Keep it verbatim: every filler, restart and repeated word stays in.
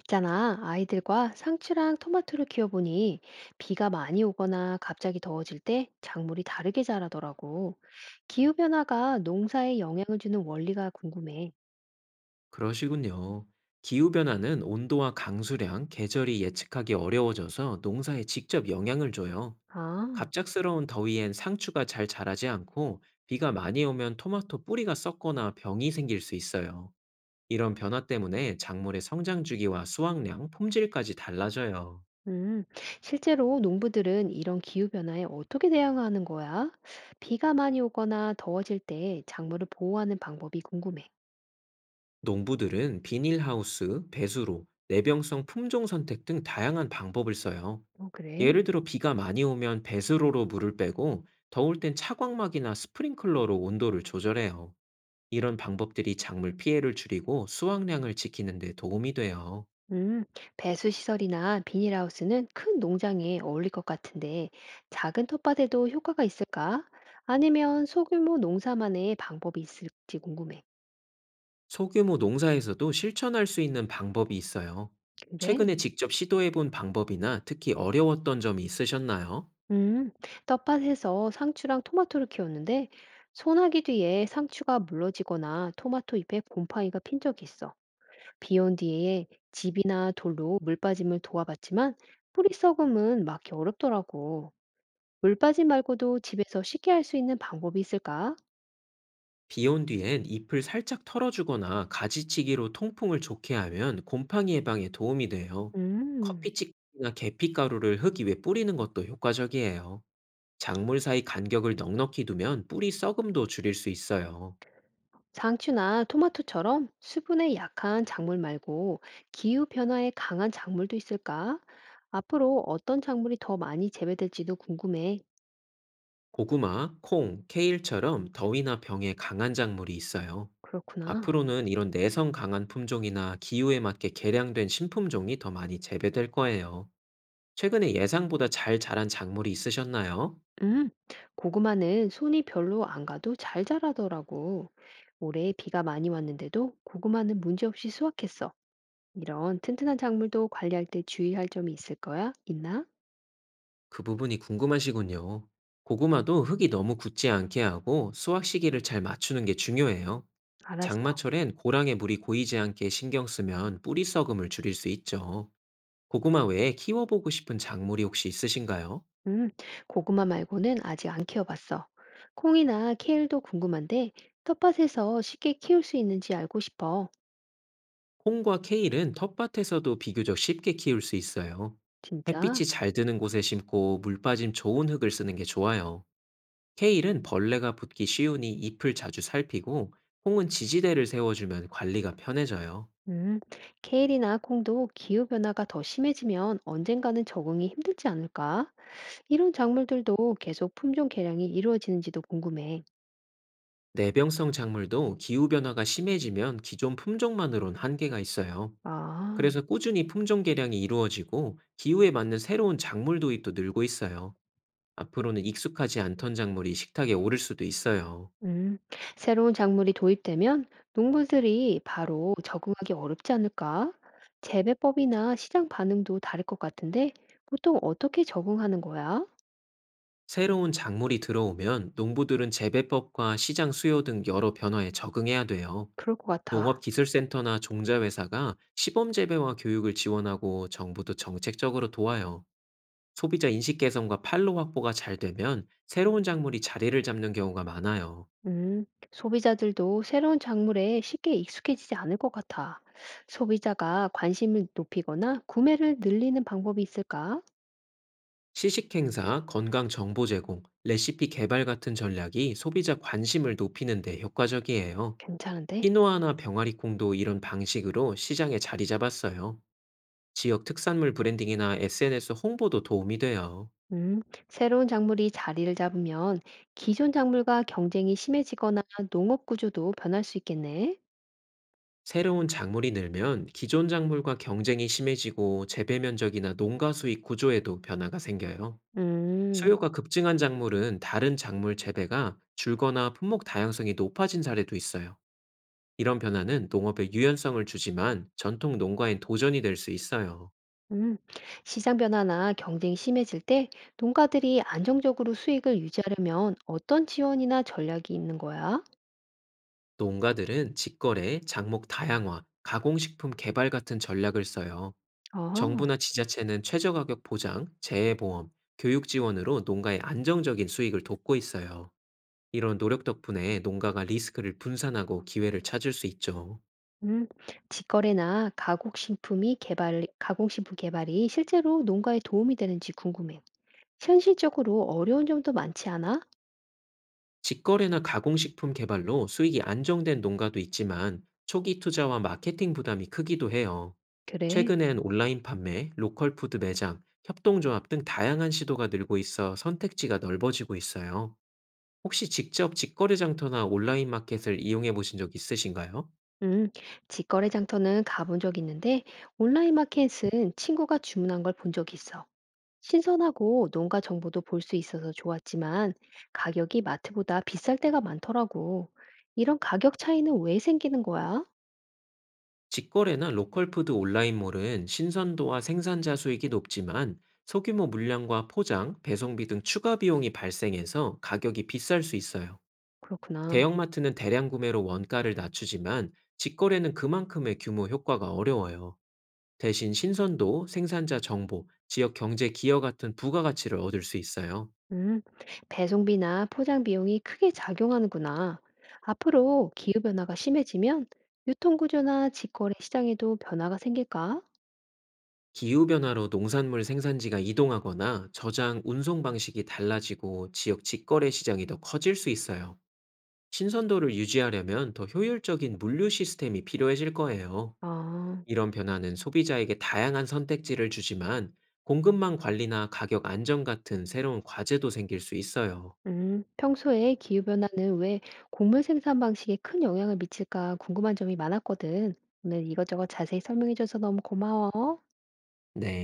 있잖아, 아이들과 상추랑 토마토를 키워보니 비가 많이 오거나 갑자기 더워질 때 작물이 다르게 자라더라고. 기후변화가 농사에 영향을 주는 원리가 궁금해. 그러시군요. 기후변화는 온도와 강수량, 계절이 예측하기 어려워져서 농사에 직접 영향을 줘요. 아, 갑작스러운 더위엔 상추가 잘 자라지 않고 비가 많이 오면 토마토 뿌리가 썩거나 병이 생길 수 있어요. 이런 변화 때문에 작물의 성장 주기와 수확량, 품질까지 달라져요. 음. 실제로 농부들은 이런 기후변화에 어떻게 대응하는 거야? 비가 많이 오거나 더워질 때 작물을 보호하는 방법이 궁금해. 농부들은 비닐하우스, 배수로, 내병성 품종 선택 등 다양한 방법을 써요. 어, 그래. 예를 들어 비가 많이 오면 배수로로 물을 빼고 더울 땐 차광막이나 스프링클러로 온도를 조절해요. 이런 방법들이 작물 피해를 줄이고 수확량을 지키는 데 도움이 돼요. 음, 배수시설이나 비닐하우스는 큰 농장에 어울릴 것 같은데, 작은 텃밭에도 효과가 있을까? 아니면 소규모 농사만의 방법이 있을지 궁금해. 소규모 농사에서도 실천할 수 있는 방법이 있어요. 그래? 최근에 직접 시도해 본 방법이나 특히 어려웠던 점이 있으셨나요? 음, 텃밭에서 상추랑 토마토를 키웠는데, 소나기 뒤에 상추가 물러지거나 토마토 잎에 곰팡이가 핀 적이 있어. 비온 뒤에 집이나 돌로 물 빠짐을 도와봤지만, 뿌리 썩음은 막기 어렵더라고. 물 빠짐 말고도 집에서 쉽게 할 수 있는 방법이 있을까? 비 온 뒤엔 잎을 살짝 털어주거나 가지치기로 통풍을 좋게 하면 곰팡이 예방에 도움이 돼요. 음, 커피찍이나 계피가루를 흙 위에 뿌리는 것도 효과적이에요. 작물 사이 간격을 넉넉히 두면 뿌리 썩음도 줄일 수 있어요. 상추나 토마토처럼 수분에 약한 작물 말고 기후 변화에 강한 작물도 있을까? 앞으로 어떤 작물이 더 많이 재배될지도 궁금해. 고구마, 콩, 케일처럼 더위나 병에 강한 작물이 있어요. 그렇구나. 앞으로는 이런 내성 강한 품종이나 기후에 맞게 개량된 신품종이 더 많이 재배될 거예요. 최근에 예상보다 잘 자란 작물이 있으셨나요? 음, 고구마는 손이 별로 안 가도 잘 자라더라고. 올해 비가 많이 왔는데도 고구마는 문제없이 수확했어. 이런 튼튼한 작물도 관리할 때 주의할 점이 있을 거야? 있나? 그 부분이 궁금하시군요. 고구마도 흙이 너무 굳지 않게 하고 수확 시기를 잘 맞추는 게 중요해요. 알았어. 장마철엔 고랑에 물이 고이지 않게 신경 쓰면 뿌리 썩음을 줄일 수 있죠. 고구마 외에 키워보고 싶은 작물이 혹시 있으신가요? 음, 고구마 말고는 아직 안 키워봤어. 콩이나 케일도 궁금한데, 텃밭에서 쉽게 키울 수 있는지 알고 싶어. 콩과 케일은 텃밭에서도 비교적 쉽게 키울 수 있어요. 진짜? 햇빛이 잘 드는 곳에 심고 물 빠짐 좋은 흙을 쓰는 게 좋아요. 케일은 벌레가 붙기 쉬우니 잎을 자주 살피고 콩은 지지대를 세워주면 관리가 편해져요. 음, 케일이나 콩도 기후변화가 더 심해지면 언젠가는 적응이 힘들지 않을까? 이런 작물들도 계속 품종 개량이 이루어지는지도 궁금해. 내병성 작물도 기후변화가 심해지면 기존 품종만으론 한계가 있어요. 아. 그래서 꾸준히 품종 개량이 이루어지고 기후에 맞는 새로운 작물 도입도 늘고 있어요. 앞으로는 익숙하지 않던 작물이 식탁에 오를 수도 있어요. 음, 새로운 작물이 도입되면 농부들이 바로 적응하기 어렵지 않을까? 재배법이나 시장 반응도 다를 것 같은데 보통 어떻게 적응하는 거야? 새로운 작물이 들어오면 농부들은 재배법과 시장 수요 등 여러 변화에 적응해야 돼요. 그럴 것 같아. 농업기술센터나 종자회사가 시범재배와 교육을 지원하고 정부도 정책적으로 도와요. 소비자 인식 개선과 판로 확보가 잘 되면 새로운 작물이 자리를 잡는 경우가 많아요. 음, 소비자들도 새로운 작물에 쉽게 익숙해지지 않을 것 같아. 소비자가 관심을 높이거나 구매를 늘리는 방법이 있을까? 시식 행사, 건강 정보 제공, 레시피 개발 같은 전략이 소비자 관심을 높이는 데 효과적이에요. 괜찮은데? 키노아나 병아리콩도 이런 방식으로 시장에 자리 잡았어요. 지역 특산물 브랜딩이나 에스엔에스 홍보도 도움이 돼요. 음, 새로운 작물이 자리를 잡으면 기존 작물과 경쟁이 심해지거나 농업 구조도 변할 수 있겠네. 새로운 작물이 늘면 기존 작물과 경쟁이 심해지고 재배 면적이나 농가 수익 구조에도 변화가 생겨요. 음, 수요가 급증한 작물은 다른 작물 재배가 줄거나 품목 다양성이 높아진 사례도 있어요. 이런 변화는 농업의 유연성을 주지만 전통 농가엔 도전이 될 수 있어요. 음. 시장 변화나 경쟁이 심해질 때 농가들이 안정적으로 수익을 유지하려면 어떤 지원이나 전략이 있는 거야? 농가들은 직거래, 작목 다양화, 가공식품 개발 같은 전략을 써요. 아, 정부나 지자체는 최저가격 보장, 재해보험, 교육 지원으로 농가의 안정적인 수익을 돕고 있어요. 이런 노력 덕분에 농가가 리스크를 분산하고 기회를 찾을 수 있죠. 음. 직거래나 가공식품이 개발, 가공식품 개발이 실제로 농가에 도움이 되는지 궁금해. 현실적으로 어려운 점도 많지 않아? 직거래나 가공식품 개발로 수익이 안정된 농가도 있지만 초기 투자와 마케팅 부담이 크기도 해요. 그래. 최근엔 온라인 판매, 로컬 푸드 매장, 협동조합 등 다양한 시도가 늘고 있어 선택지가 넓어지고 있어요. 혹시 직접 직거래 장터나 온라인 마켓을 이용해 보신 적 있으신가요? 음, 직거래 장터는 가본 적 있는데 온라인 마켓은 친구가 주문한 걸 본 적이 있어. 신선하고 농가 정보도 볼 수 있어서 좋았지만 가격이 마트보다 비쌀 때가 많더라고. 이런 가격 차이는 왜 생기는 거야? 직거래나 로컬 푸드 온라인몰은 신선도와 생산자 수익이 높지만 소규모 물량과 포장, 배송비 등 추가 비용이 발생해서 가격이 비쌀 수 있어요. 그렇구나. 대형마트는 대량 구매로 원가를 낮추지만 직거래는 그만큼의 규모 효과가 어려워요. 대신 신선도, 생산자 정보, 지역 경제 기여 같은 부가가치를 얻을 수 있어요. 음, 배송비나 포장 비용이 크게 작용하는구나. 앞으로 기후변화가 심해지면 유통구조나 직거래 시장에도 변화가 생길까? 기후변화로 농산물 생산지가 이동하거나 저장, 운송 방식이 달라지고 지역 직거래 시장이 더 커질 수 있어요. 신선도를 유지하려면 더 효율적인 물류 시스템이 필요해질 거예요. 아, 이런 변화는 소비자에게 다양한 선택지를 주지만 공급망 관리나 가격 안정 같은 새로운 과제도 생길 수 있어요. 음, 평소에 기후변화는 왜 곡물 생산 방식에 큰 영향을 미칠까 궁금한 점이 많았거든. 오늘 이것저것 자세히 설명해줘서 너무 고마워. 네.